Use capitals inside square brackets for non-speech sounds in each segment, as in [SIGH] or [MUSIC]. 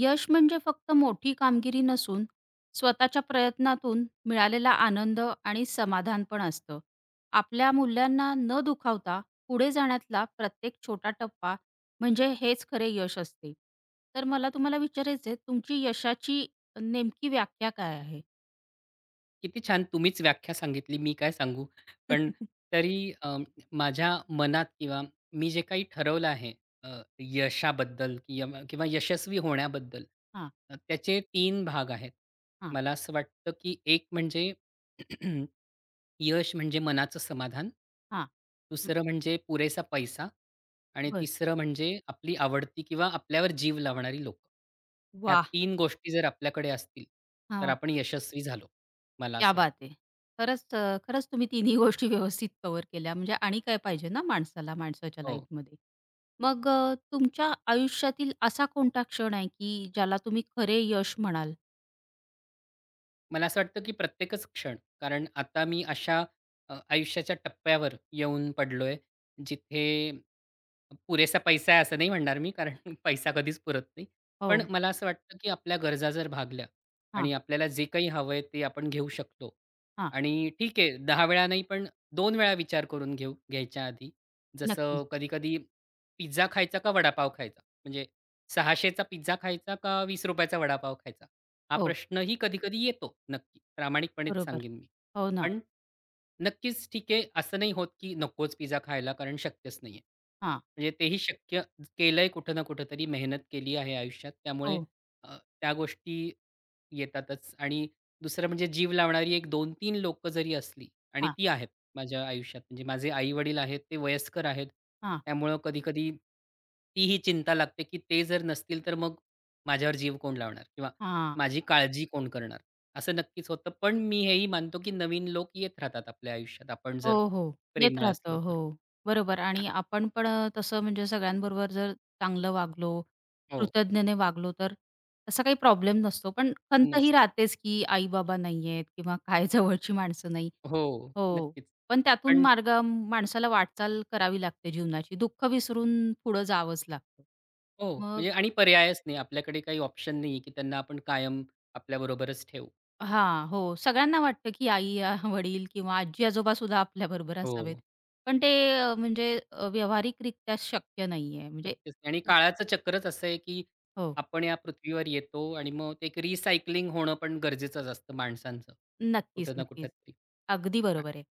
यश म्हणजे फक्त मोठी कामगिरी नसून स्वतःच्या प्रयत्नातून मिळालेला आनंद आणि समाधान पण असतं. आपल्या मूल्यांना न दुखावता पुढे जाण्यातला प्रत्येक छोटा टप्पा म्हणजे हेच खरे यश असते. तर मला तुम्हाला विचारायचंय तुमची यशाची नेमकी व्याख्या काय आहे? किती छान तुम्हीच व्याख्या सांगितली, मी काय सांगू. पण [LAUGHS] तरी माझ्या मनात किंवा मी जे काही ठरवलं आहे अ, यशाबद्दल किम किंवा यशस्वी होण्याबद्दल, हां, त्याचे तीन भाग आहेत. हां, मला असं वाटतं, की एक म्हणजे [CLEARS THROAT] यश म्हणजे मनाचं समाधान. हां. दुसरं म्हणजे पुरेसा पैसा आणि बरं. तिसरं म्हणजे आपली आवडती किंवा आपल्यावर जीव लावणारी लोकं. ह्या वाह! 3 गोष्टी जर आपल्याकडे असतील, तर आपण यशस्वी झालो, मला क्या असं वाटतं. बात है! खरंच खरंच तुम्ही तिन्ही गोष्टी व्यवस्थित कव्हर केल्या. म्हणजे आणि काय पाहिजे ना माणसाला, माणसाच्या हो. लाईफमध्ये. मग तुमच्या आयुष्यातील असा कोणता क्षण आहे, की ज्याला तुम्ही खरे यश म्हणाल? मला असं वाटतं, की प्रत्येकच क्षण. कारण आता मी अशा आयुष्याच्या टप्प्यावर येऊन पडलोय, जिथे पुरेसा पैसा आहे असं नाही म्हणणार मी, कारण [LAUGHS] पैसा कधीच पुरत नाही. पण हो. मला असं वाटतं, की आपल्या गरजा जर भागल्या हां, आणि आपल्याला जे काही हवंय ते आपण घेऊ शकतो. हां. आणि ठीक आहे 10 वेळा नाही पण 2 वेळा विचार करून घ्यायच्या आधी. नक्कीच. जसं कधी-कधी पिझ्झा खायचा का वडापाव खायचा? म्हणजे 600 पिझ्झा खायचा का ₹20 चा वडापाव खायचा? हा हो, प्रश्नही कधी-कधी येतो नक्की. प्रामाणिकपणेच बरोबर. सांगेन मी. हो ना. पण नक्कीच ठीक आहे, असं नाही होत की नकोच पिझ्झा खायला कारण शक्यच नाहीये. हां. म्हणजे तेही शक्य केलंय कुठं ना कुठेतरी मेहनत केली आहे आयुष्यात. त्यामुळे हो. त्या गोष्टी येतातच आणि दुसरं म्हणजे जीव लावणारी एक 2 तीन लोकं जरी असली आणि हां, ती आहेत माझ्या आयुष्यात. म्हणजे माझे आई-वडील आहेत, ते वयस्कर आहेत. हां, त्यामुळं कधी-कधी तीही चिंता लागते की ते जर नसतील तर मग माझ्यावर जीव कोण लावणार किंवा हां. माझी काळजी कोण करणार? असं नक्कीच होतं. पण मी हेही मानतो, की नवीन लोक येत राहतात आपल्या आयुष्यात, आपण जर हो, हो. येत प्रेमळ असलो राहतं. तर. हो, बरोबर आ आणि आपण पण तसं म्हणजे सगळ्यांबरोबर जर चांगलं वागलो, हो. कृतज्ञतेने वागलो, तर तसा काही प्रॉब्लेम नसतो. पण खंत ही नस राहतेच, की आई-बाबा नाहीयेत किंवा काय [LAUGHS] जवळची माणसं नाही. हो, हो, नक्कीच. पण त्यातून पण मार्ग माणसाला वाटचाल करावी लागते जीवनाची. दुःख विसरून पुढं जावंच लागतं. हो, मग म्हणजे आणि पर्यायच नाही. आपल्याकडे काही ऑप्शन नाही आहे, की त्यांना आपण कायम आपल्याबरोबरच ठेवू. हां, हो. सगळ्यांना वाटतं, की आई, [LAUGHS] वडील किंवा आजी-आजोबा सुद्धा आपल्याबरोबर असावेत. हो, पण ते म्हणजे व्यावहारिकरित्या शक्य नाहीये. म्हणजे शक्यच नाही. आणि काळाचं चक्रच असं आहे, की हो, आपण या पृथ्वीवर येतो आणि मग ते एक रिसायकलिंग होणं पण गरजेचंच असतं माणसांचं, नक्कीच, कुठं ना नक्कीच. कुठेतरी. अगदी बरोबर आहे.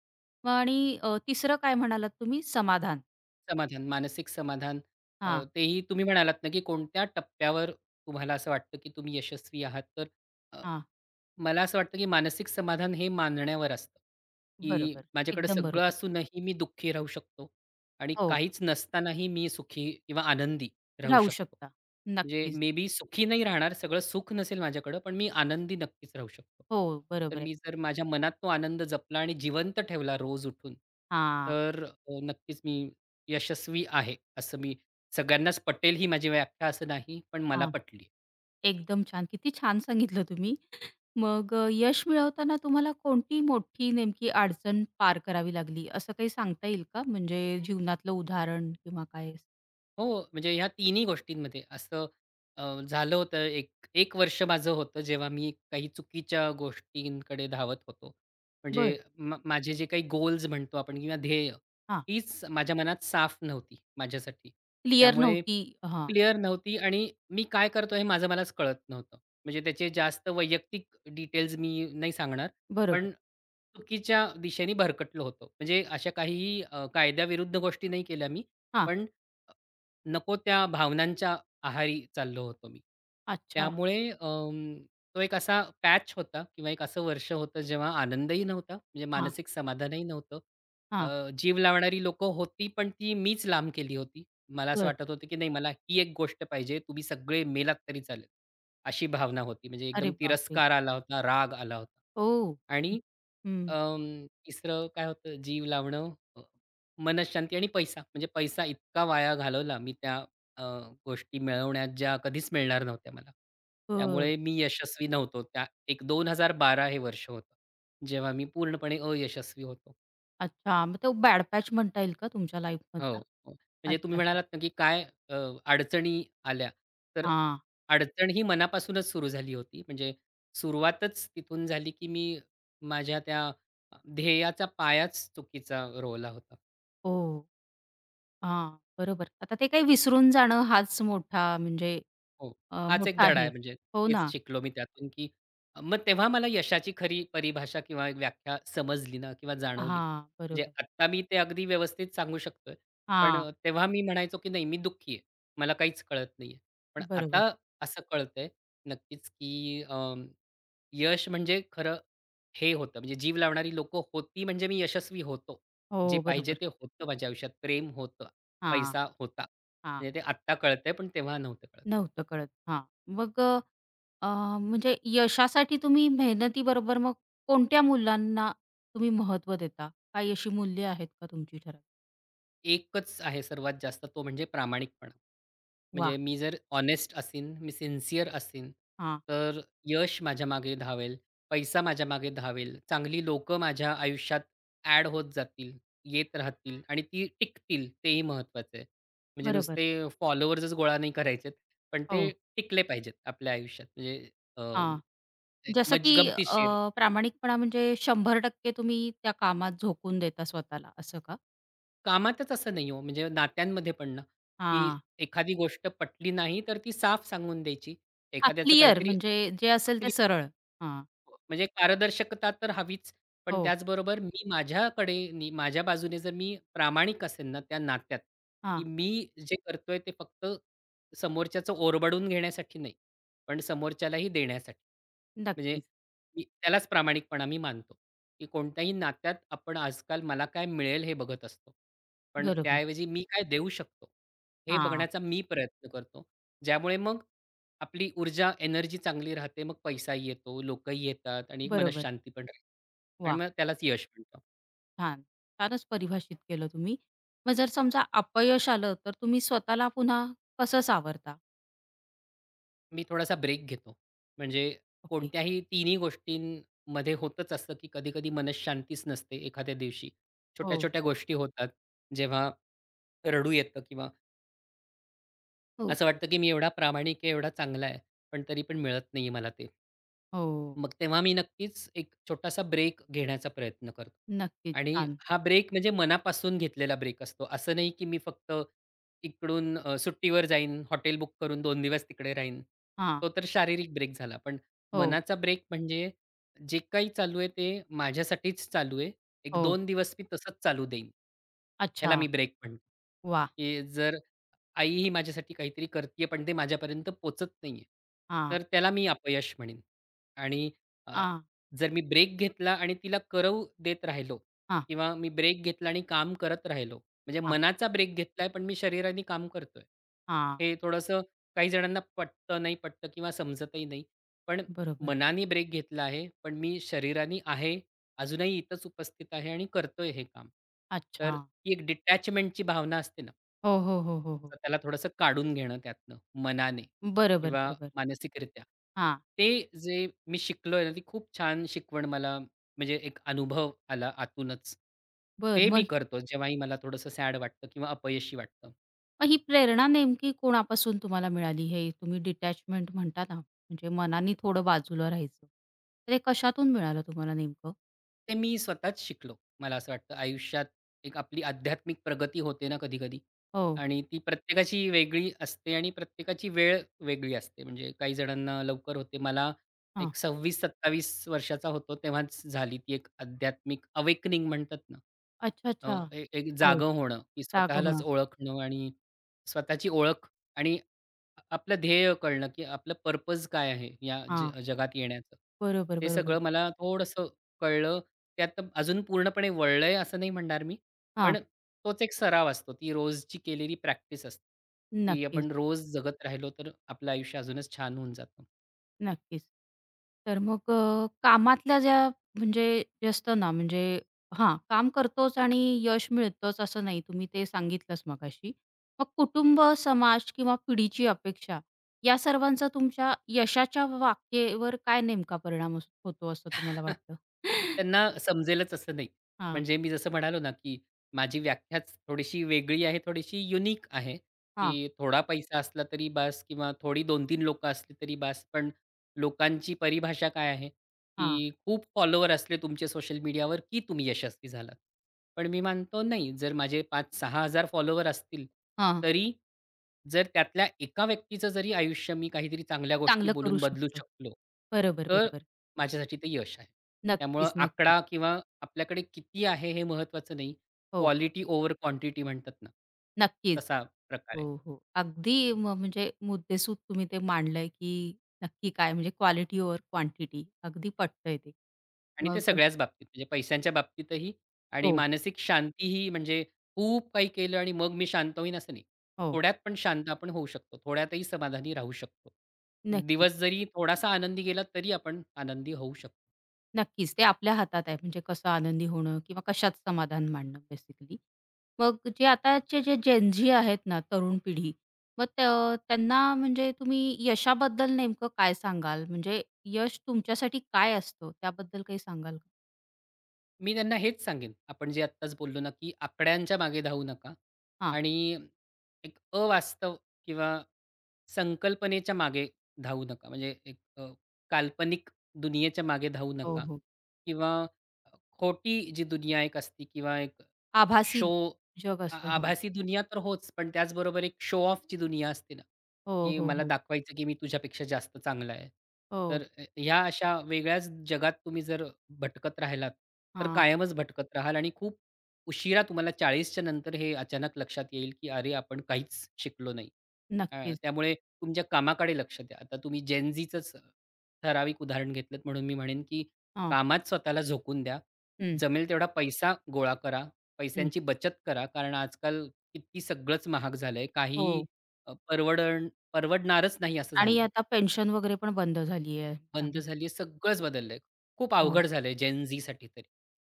मग आणि तिसरं काय म्हणालात तुम्ही? समाधान. समाधान, मानसिक समाधान. हां, तेही तुम्ही म्हणालात ना, की कोणत्या टप्प्यावर तुम्हाला असं वाटतं, की तुम्ही यशस्वी आहात? तर हां. मला असं वाटतं, की मानसिक समाधान हे मानण्यावर असतं, की बरोबर. माझ्याकडे एकदम सगळं बरोबर. असूनही मी दुःखी राहू शकतो आणि हो, काहीच नसतानाही मी सुखी किंवा आनंदी राहू राहू शकतो. शकता. म्हणजे नक्कीच. मे बी सुखी नाही राहणार, सगळं सुख नसेल माझ्याकडं, पण मी आनंदी नक्कीच राहू शकतो. हो, तर बरोबर आहे. मी जर माझ्या मनात तो आनंद जपला आणि जिवंत ठेवला रोज उठून, हां, तर नक्कीच मी यशस्वी आहे, असं मी सगळ्यांनाच पटेल ही माझी व्याख्या असं नाही, पण मला हां. पटली. एकदम छान. किती छान सांगितलं तुम्ही. मग यश मिळवताना तुम्हाला कोणती मोठी नेमकी अडचण पार करावी लागली, असं काही सांगता येईल का? म्हणजे जीवनातलं उदाहरण किंवा काय असं? हो, म्हणजे ह्या तिन्ही गोष्टींमध्ये असं झालं होतं एक एक वर्ष माझं होतं जेव्हा मी काही चुकीच्या गोष्टींकडे धावत होतो. म्हणजे बरं. माझे जे काही गोल्स म्हणतो आपण किंवा ध्येय, हां. तीच माझ्या मनात साफ नव्हती माझ्यासाठी. क्लिअर त्यामुळे नव्हती. हां. क्लिअर नव्हती आणि मी काय करतोय हे माझं मलाच कळत नव्हतं. म्हणजे त्याचे जास्त वैयक्तिक डिटेल्स मी नाही सांगणार. बरोबर. पण चुकीच्या दिशेने भरकटलो होतो. म्हणजे अशा काहीही कायद्याविरुद्ध गोष्टी नाही केल्या मी. हां. पण नको त्या भावनांच्या आहारी चाललो होतो मी. अच्छा. त्यामुळे तो एक असा पॅच होता किंवा एक असं वर्ष होतं जेव्हा आनंदही नव्हता, म्हणजे हां, मानसिक समाधानही नव्हतं. हां. जीव लावणारी लोकं होती, पण ती मीच लांब केली होती. मला असं बरं. वाटत होतं, की नाही मला ही एक गोष्ट पाहिजे, तुम्ही सगळे मेलात तरी चालेल, अशी भावना होती. म्हणजे अरे एकदम बापरे! तिरस्कार आला होता, राग आला होता. ओ, आणि हं. तिसरं काय होतं जीव लावणं, अ, मनःशांती आणि पैसा. म्हणजे पैसा इतका वाया घालवला मी त्या अ, गोष्टी मिळवण्यात ज्या कधीच मिळणार नव्हत्या मला. बरं. त्यामुळे मी यशस्वी नव्हतो. त्या 2012 हे वर्ष होतं, जेव्हा मी पूर्णपणे अयशस्वी होतो. अच्छा. मग तो बॅड पॅच म्हणता येईल का तुमच्या हो, लाईफमधला? हो. म्हणजे अच्छा, तुम्ही अच्छा. म्हणालात ना, की काय अ, अडचणी आल्या. तर हां. अडचण ही मनापासूनच सुरू झाली होती. म्हणजे सुरुवातच तिथून झाली, की मी माझ्या त्या ध्येयाचा पायाच चुकीचा रोवला होता. हो. हां. बरोबर. आता ते काही विसरून जाणं हाच मोठा म्हणजे हो. हाच एक मोठा धडा आहे. आहे म्हणजे हो तेच ना. शिकलो मी त्यातून, की मग तेव्हा मला यशाची खरी परिभाषा किंवा एक व्याख्या समजली ना किंवा जाणवली. हां. म्हणजे बरोबर. आत्ता मी ते अगदी व्यवस्थित सांगू शकतोय. पण हां, तेव्हा मी म्हणायचो, की नाही मी दुःखी आहे. मला काहीच कळत नाहीये. पण बरोबर. आता असं कळतंय नक्कीच, की यश म्हणजे खरं हे होतं म्हणजे जीव लावणारी लोकं होती म्हणजे मी यशस्वी होतो. जे हो, पाहिजे बरोबर. ते होतं माझ्या आयुष्यात. प्रेम होतं, हां, पैसा होता. हां. म्हणजे ते आत्ता कळतंय पण तेव्हा नव्हतं कळत. नव्हतं कळत. हां. मग म्हणजे यशासाठी तुम्ही मेहनतीबरोबर मग कोणत्या मूल्यांना तुम्ही महत्त्व देता? काही अशी मूल्य आहेत का तुमची ठराविक? एकच आहे सर्वात जास्त तो म्हणजे प्रामाणिकपणा. वाह! म्हणजे मी जर हॉनेस्ट असीन, मी सिन्सिअर असीन, हां, तर यश माझ्या मागे धावेल, पैसा माझ्या मागे धावेल, चांगली लोकं माझ्या आयुष्यात ॲड होत जातील, येत राहतील आणि ती टिकतील तेही महत्त्वाचं आहे. म्हणजे बरोबर. नुसते फॉलोवर्सच गोळा नाही करायचेत, पण ते हो, टिकले पाहिजेत आपल्या आयुष्यात. म्हणजे अ, हां. एक जसं की गमतीशीर प्रामाणिकपणा म्हणजे 100% तुम्ही त्या कामात झोकून देता स्वतःला असं का? कामातच असं नाही हो, म्हणजे नात्यांमध्ये पण ना, की हां. एखादी गोष्ट पटली नाही, तर ती साफ सांगून द्यायची. हां, एखाद्याचं क्लिअर काहीतरी म्हणजे जे असेल ते सरळ. हां, हो, म्हणजे पारदर्शकता तर हवीच, पण हो, त्याचबरोबर मी माझ्याकडे नी माझ्या बाजूने जर मी प्रामाणिक असेन ना त्या नात्यात, की हां. मी जे करतोय ते फक्त समोरच्याचं ओरबडून घेण्यासाठी नाही, पण समोरच्यालाही देण्यासाठी. म्हणजे नक्कीच. मी त्यालाच प्रामाणिकपणा मी मानतो, की कोणत्याही नात्यात आपण आजकाल मला काय मिळेल हे बघत असतो. पण बरोबर. त्याऐवजी मी काय देऊ शकतो, हे हां, बघण्याचा मी प्रयत्न करतो. ज्यामुळे मग आपली ऊर्जा, एनर्जी चांगली राहते. मग पैसाही येतो, लोकही येतात आणि एक बरोबर. मनःशांती पण राहते. आणि मग त्यालाच यश म्हणतो. छान. छानच परिभाषित केलं तुम्ही. मग जर समजा अपयश आलं, तर तुम्ही स्वतःला पुन्हा कसं सावरता? मी थोडासा ब्रेक घेतो. म्हणजे ओके. कोणत्याही तिन्ही गोष्टींमध्ये होतंच असतं, की कधी-कधी मनःशांतीच नसते एखाद्या दिवशी. हो. छोट्या-छोट्या गोष्टी होतात, जेव्हा रडू येतं किंवा हो. असं वाटतं की मी एवढा प्रामाणिक आहे, एवढा चांगला आहे, पण तरी पण मिळत नाही आहे मला ते. हो. मग तेव्हा मी नक्कीच एक छोटासा ब्रेक घेण्याचा प्रयत्न करतो. नक्कीच. आणि छान. हा ब्रेक म्हणजे मनापासून घेतलेला ब्रेक असतो. असं नाही की मी फक्त इकडून सुट्टीवर जाईन, हॉटेल बुक करून 2 दिवस तिकडे राहीन. हां. तो तर शारीरिक ब्रेक झाला. पण हो, मनाचा ब्रेक म्हणजे जे काही चालू आहे ते माझ्यासाठीच चालू आहे. एक हो. 2 दिवस मी तसंच चालू देईन. ह्याला अच्छा. मी ब्रेक म्हणतो. वाह! की जर आई ही माझ्यासाठी काहीतरी करतीये, पण ते माझ्यापर्यंत पोहचत नाहीये. हां, तर त्याला मी अपयश म्हणेन. आणि अ, हां, जर मी ब्रेक घेतला आणि तिला करवू देत राहिलो हां, किंवा मी ब्रेक घेतला आणि काम करत राहिलो, म्हणजे हां, मनाचा ब्रेक घेतलाय, पण मी शरीराने काम करतोय. हां. हे थोडंसं काही जणांना पटतं, नाही पटतं किंवा समजतही नाही. पण बरोबर. मनाने ब्रेक घेतला आहे, पण मी शरीराने आहे, अजूनही इथंच उपस्थित आहे आणि करतोय हे काम. तर अच्छा. ती एक डिटॅचमेंटची भावना असते ना हो, हो, हो, हो, हो. स्वतःला थोडंसं काढून घेणं त्यातनं मनाने बरोबर, किंवा बरोबर. मानसिकरित्या. हां. ते जे मी शिकलोय ना, ती खूप छान शिकवण मला म्हणजे एक अनुभव आला आतूनच. बरं. ते मी मग करतो जेव्हाही मला थोडंसं सॅड वाटतं किंवा अपयशी वाटतं. मग ही प्रेरणा नेमकी कोणापासून तुम्हाला मिळाली? हे तुम्ही डिटॅचमेंट म्हणता ना, म्हणजे मनाने थोडं बाजूला राहायचं. तर हे कशातून मिळालं तुम्हाला नेमकं? ते मी स्वतःच शिकलो. मला असं वाटतं आयुष्यात एक आपली आध्यात्मिक प्रगती होते ना कधी-कधी हो. आणि ती प्रत्येकाची वेगळी असते आणि प्रत्येकाची वेळ वेगळी असते. म्हणजे काही जणांना लवकर होते. मला हां. एक 26-27 वर्षाचा होतो तेव्हाच झाली ती एक आध्यात्मिक अवेकनिंग म्हणतात ना. अच्छा, अच्छा. एक हो, जागं होणं, की स्वतःलाच रागवणं. ओळखणं आणि स्वतःची ओळख आणि आपलं ध्येय कळलं, की आपलं पर्पज काय आहे या ज हां. जगात येण्याचं. बरोबर, ते बरोबर. सगळं मला थोडंसं कळलं. त्यात अजून पूर्णपणे वळलंय असं नाही म्हणणार मी. हां. पण तोच एक सराव असतो. ती रोजची केलेली प्रॅक्टिस असते, की नक्कीच, आपण रोज जगत राहिलो तर आपलं आयुष्य अजूनच छान होऊन जातं. नक्कीच. तर मग कामातल्या ज्या म्हणजे जे असतं ना म्हणजे हां, काम करतोच आणि यश मिळतंच असं नाही तुम्ही ते सांगितलंच मगाशी. मग कुटुंब, समाज किंवा पिढीची अपेक्षा या सर्वांचा तुमच्या यशाच्या वाक्येवर काय नेमका परिणाम अस होतो असं तुम्हाला [LAUGHS] वाटतं? [LAUGHS] त्यांना समजेलच असं नाही. हां, म्हणजे मी जसं म्हणालो ना, की माझी व्याख्याच थोडीशी वेगळी आहे, थोडीशी युनिक आहे, हां, की थोडा पैसा असला तरी बास किंवा थोडी 2-3 लोकं असली तरी बास. पण लोकांची परिभाषा काय आहे, की हां, खूप फॉलोवर असले तुमचे सोशल मीडियावर, की तुम्ही यशस्वी झालात. पण मी मानतो नाही, जर माझे 5,000-6,000 फॉलोवर असतील, हां. तरी जर त्यातल्या एका व्यक्तीचं जरी आयुष्य मी काहीतरी चांगल्या गोष्टी चांगलं बोलून करू बदलू शकतो. शकलो, बरोबर, तर बरोबर. माझ्यासाठी ते यश आहे. त्यामुळं नक्कीच, नक्कीच. आकडा किंवा आपल्याकडे किती आहे हे महत्त्वाचं नाही. हो, क्वालिटी ओव्हर क्वांटिटी म्हणतात ना, नक्कीच. तसा प्रकार हो, आहे. हो. अगदी म्हणजे मुद्देसूद तुम्ही ते मांडलंय, की नक्की काय म्हणजे क्वालिटी ओव्हर क्वांटिटी अगदी पटतंय ते. आणि ते मग सगळ्याच बाबतीत म्हणजे पैशांच्या बाबतीतही आणि हो, मानसिक शांतीही म्हणजे खूप काही केलं आणि मग मी शांत होईन असं नाही. हो. थोड्यात पण शांत आपण होऊ शकतो. थोड्यातही समाधानी राहू शकतो. नक्कीच, दिवस जरी थोडासा आनंदी गेला तरी आपण आनंदी होऊ शकतो. नक्कीच. ते आपल्या हातात आहे म्हणजे कसं आनंदी होणं किंवा कशात समाधान मानणं बेसिकली. मग जे आताचे जे जेन झी आहेत ना, तरुण पिढी, मग त्यांना म्हणजे तुम्ही यशाबद्दल नेमकं काय सांगाल? म्हणजे यश तुमच्यासाठी काय असतं त्याबद्दल काही सांगाल का? मी त्यांना हेच सांगेन, आपण जे आत्ताच बोललो ना, की आकड्यांच्या मागे धावू नका हां. आणि एक अवास्तव किंवा संकल्पनेच्या मागे धावू नका. म्हणजे एक काल्पनिक दुनियेच्या मागे धावू हो, नका हो. किंवा खोटी जी दुनिया एक असते किंवा एक आभासी शो जग आ असतं. आभासी दुनिया तर होच, पण त्याचबरोबर एक शो ऑफची दुनिया असते ना, हो, की हो, मला हो. दाखवायचं की मी तुझ्यापेक्षा जास्त चांगला आहे. तर हो. ह्या अशा वेगळ्याच जगात तुम्ही जर भटकत राहिलात, तर हां, कायमच भटकत राहाल आणि खूप उशिरा तुम्हाला 40च्या नंतर हे अचानक लक्षात येईल, की अरे आपण काहीच शिकलो नाही. नक्कीच. त्यामुळे तुमच्या कामाकडे लक्ष द्या. आता तुम्ही जेन झीचंच ठराविक उदाहरण घेतलत म्हणून मी म्हणेन, की हां. कामात स्वतःला झोकून द्या. हं, जमेल तेवढा पैसा गोळा करा. हं. पैशांची बचत करा. कारण आजकाल किती सगळंच महाग झालंय. काहीही हो अ, परवडण परवडणारच नाही असं आणि झालंय. आता पेन्शन वगैरे पण बंद झाली आहे बंद त्यामुळे. झाली सगळंच बदललंय. खूप हो, अवघड झालंय जेन तरी.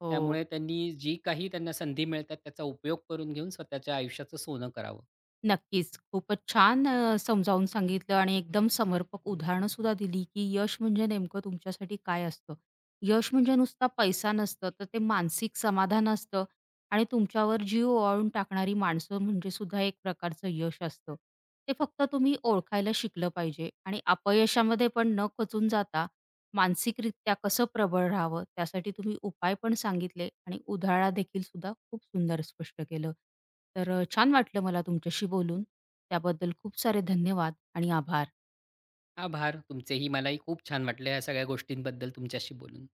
हो. त्यामुळे त्यांनी जी काही त्यांना संधी मिळतात त्याचा उपयोग करून घेऊन स्वतःच्या आयुष्याचं सोनं करावं. नक्कीच. खूपच छान समजावून सांगितलं आणि एकदम समर्पक उदाहरणंसुद्धा दिली, की यश म्हणजे नेमकं तुमच्यासाठी काय असतं. यश म्हणजे नुसता पैसा नसतं, तर ते मानसिक समाधान असतं आणि तुमच्यावर जीव ओवाळून टाकणारी माणसं म्हणजे सुद्धा एक प्रकारचं यश असतं. ते फक्त तुम्ही ओळखायला शिकलं पाहिजे आणि अपयशामध्ये पण न खचून जाता मानसिकरित्या कसं प्रबळ राहावं, त्यासाठी तुम्ही उपाय पण सांगितले आणि उदाहरण देखील सुद्धा खूप सुंदर स्पष्ट केलं. तर छान वाटलं मला तुमच्याशी बोलून. त्याबद्दल खूप सारे धन्यवाद आणि आभार. आभार तुमचेही. मलाही खूप छान वाटलं या सगळ्या गोष्टींबद्दल तुमच्याशी बोलून.